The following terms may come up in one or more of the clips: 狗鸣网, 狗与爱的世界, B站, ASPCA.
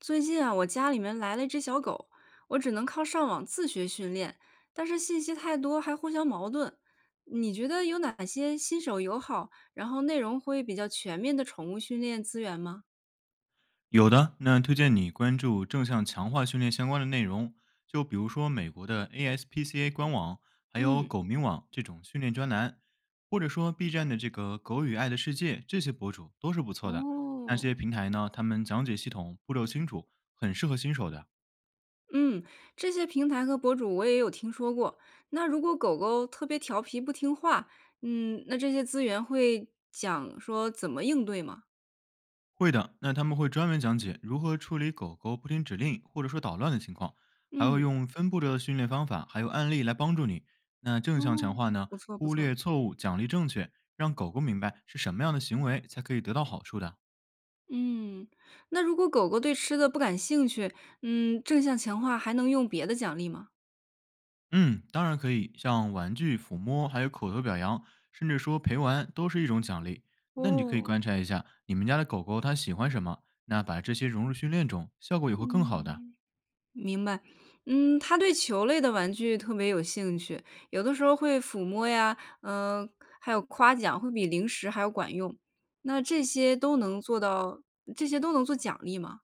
最近啊，我家里面来了一只小狗，我只能靠上网自学训练，但是信息太多，还互相矛盾。你觉得有哪些新手友好，然后内容会比较全面的宠物训练资源吗？有的，那推荐你关注正向强化训练相关的内容，就比如说美国的 ASPCA 官网，还有嗯，狗鸣网这种训练专栏，或者说 B 站的这个“狗与爱的世界”，这些博主都是不错的。那这哦，些平台呢，他们讲解系统步骤清楚，很适合新手的。嗯，这些平台和博主我也有听说过。那如果狗狗特别调皮不听话，嗯，那这些资源会讲说怎么应对吗？会的，那他们会专门讲解如何处理狗狗不听指令或者说捣乱的情况，还会嗯，用分布的训练方法，还有案例来帮助你。那正哦，向强化呢，不错不忽错。略错误，奖励正确，让狗狗明白是什么样的行为才可以得到好处的。嗯，那如果狗狗对吃的不感兴趣，嗯，正向强化还能用别的奖励吗？嗯，当然可以，像玩具、抚摸，还有口头表扬，甚至说陪玩，都是一种奖励。那你可以哦，观察一下你们家的狗狗它喜欢什么，那把这些融入训练中，效果也会更好的。嗯，明白。嗯，它对球类的玩具特别有兴趣，有的时候会抚摸呀，嗯、还有夸奖，会比零食还要管用。那这些都能做到，这些都能做奖励吗？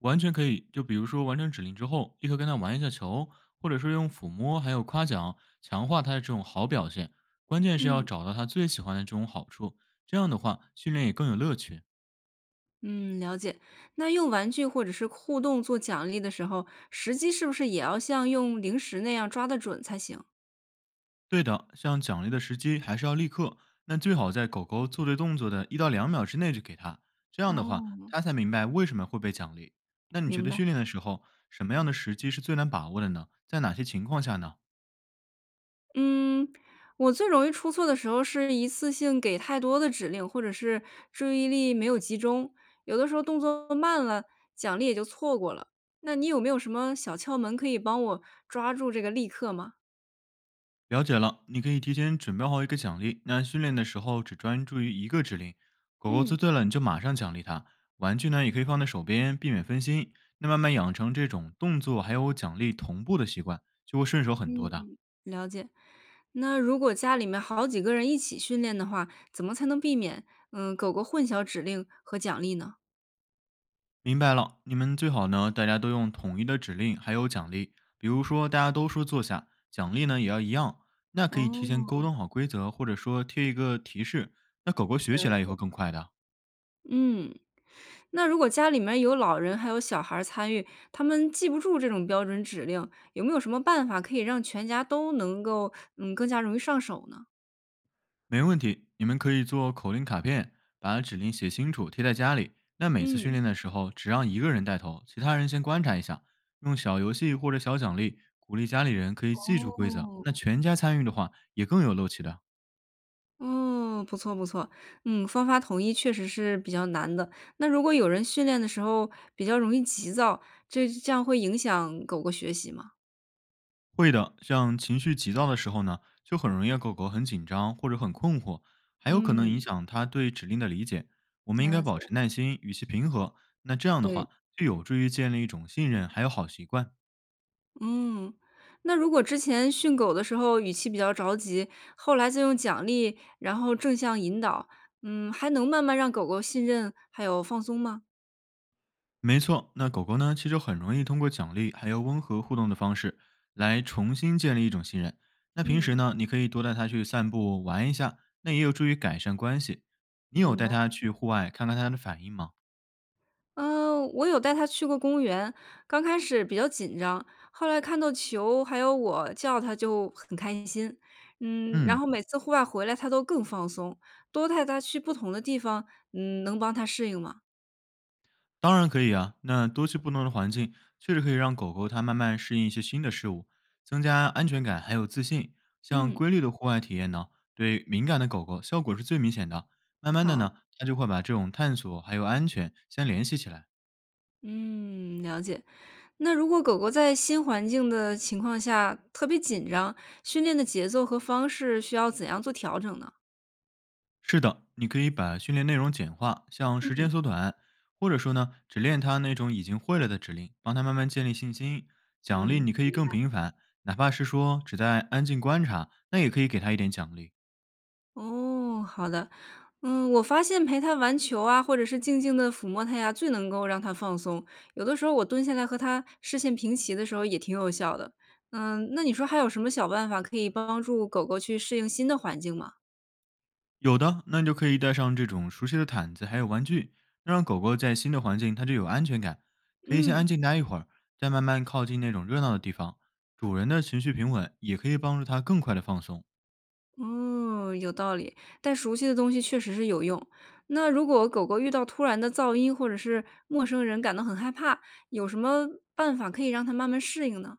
完全可以，就比如说完成指令之后，立刻跟他玩一下球，或者说用抚摸还有夸奖强化他的这种好表现。关键是要嗯。找到他最喜欢的这种好处，这样的话训练也更有乐趣。嗯，了解。那用玩具或者是互动做奖励的时候，时机是不是也要像用零食那样抓得准才行？对的，像奖励的时机还是要立刻，那最好在狗狗做对动作的一到两秒之内就给它，这样的话哦，它才明白为什么会被奖励。那你觉明得白，训练的时候，什么样的时机是最难把握的呢？在哪些情况下呢？嗯，我最容易出错的时候是一次性给太多的指令，或者是注意力没有集中，有的时候动作慢了，奖励也就错过了。那你有没有什么小窍门可以帮我抓住这个立刻吗？了解了，你可以提前准备好一个奖励。那训练的时候只专注于一个指令，狗狗嗯，做对了你就马上奖励它。玩具呢也可以放在手边，避免分心。那慢慢养成这种动作还有奖励同步的习惯，就会顺手很多的。嗯，了解。那如果家里面好几个人一起训练的话，怎么才能避免狗狗混淆指令和奖励呢？明白了，你们最好呢，大家都用统一的指令还有奖励，比如说大家都说坐下，奖励呢也要一样。那可以提前哦，沟通好规则，或者说贴一个提示，那狗狗学了起来也会解。更快的。嗯。那如果家里面有老人还有小孩儿参与，他们记不住这种标准指令，有没有什么办法可以让全家都能够，嗯，更加容易上手呢？没问题，你们可以做口令卡片，把指令写清楚，贴在家里。那每次训嗯。练的时候，只让一个人带头，其他人先观察一下。用小游戏或者小奖励鼓励家里人可以记住规则。哦，那全家参与的话，也更有乐趣的。哦，不错不错。嗯，方法统一确实是比较难的。那如果有人训练的时候比较容易急躁，这样会影响狗狗学习吗？会的，像情绪急躁的时候呢，就很容易让狗狗很紧张或者很困惑，还有可能嗯，影响它对指令的理解。我们应该了保解，持耐心，语气平和。那这样的对。话，就有助于建立一种信任，还有好习惯。嗯，那如果之前训狗的时候语气比较着急，后来再用奖励，然后正向引导，嗯，还能慢慢让狗狗信任还有放松吗？没错，那狗狗呢，其实很容易通过奖励还有温和互动的方式来重新建立一种信任。那平时嗯，呢，你可以多带它去散步玩一下，那也有助于改善关系。你有明带白。它去户外看看它的反应吗？嗯，我有带它去过公园，刚开始比较紧张，后来看到球还有我叫它就很开心。嗯，然嗯，后每次户外回来，它都更放松。多带它去不同的地方，嗯，能帮它适应吗？当然可以啊。那多去不同的环境，确实可以让狗狗它慢慢适应一些新的事物，增加安全感还有自信。像嗯。规律的户外体验呢，对敏感的狗狗效果是最明显的。慢慢的好，呢，它就会把这种探索还有安全先联系起来。嗯，了解。那如果狗狗在新环境的情况下特别紧张，训练的节奏和方式需要怎样做调整呢？是的，你可以把训练内容简化，像时间缩短，或者说呢，只练他那种已经会了的指令，帮他慢慢建立信心。奖励嗯，你可以更频繁，哪怕是说只在安静观察，那也可以给他一点奖励。哦，好的，嗯，我发现陪它玩球啊，或者是静静的抚摸它呀，最能够让它放松。有的时候我蹲下来和它视线平齐的时候也挺有效的。嗯，那你说还有什么小办法可以帮助狗狗去适应新的环境吗？有的，那你就可以带上这种熟悉的毯子，还有玩具，那让狗狗在新的环境它就有安全感。可以先嗯。安静待一会儿，再慢慢靠近那种热闹的地方。主人的情绪平稳，也可以帮助它更快的放松。哦，有道理，但熟悉的东西确实是有用。那如果狗狗遇到突然的噪音或者是陌生人感到很害怕，有什么办法可以让它慢慢适应呢？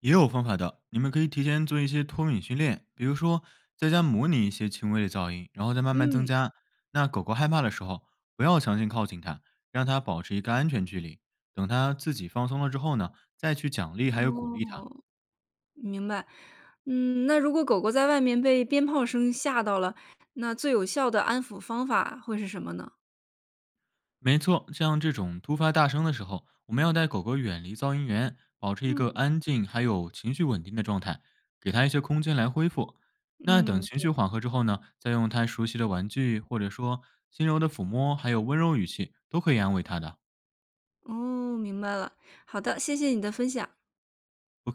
也有方法的，你们可以提前做一些脱敏训练，比如说在家模拟一些轻微的噪音，然后再慢慢增嗯，加。那狗狗害怕的时候，不要强行靠近它，让它保持一个安全距离。等它自己放松了之后呢，再去奖励还有鼓励它。哦，明白。嗯，那如果狗狗在外面被鞭炮声吓到了，那最有效的安抚方法会是什么呢？没错，像这种突发大声的时候，我们要带狗狗远离噪音源，保持一嗯，个安静还有情绪稳定的状态，给它一些空间来恢复。那等嗯，情绪缓和之后呢，再用它熟悉的玩具，或者说轻柔的抚摸，还有温柔语气，都可以安慰它的。哦，明白了。好的，谢谢你的分享。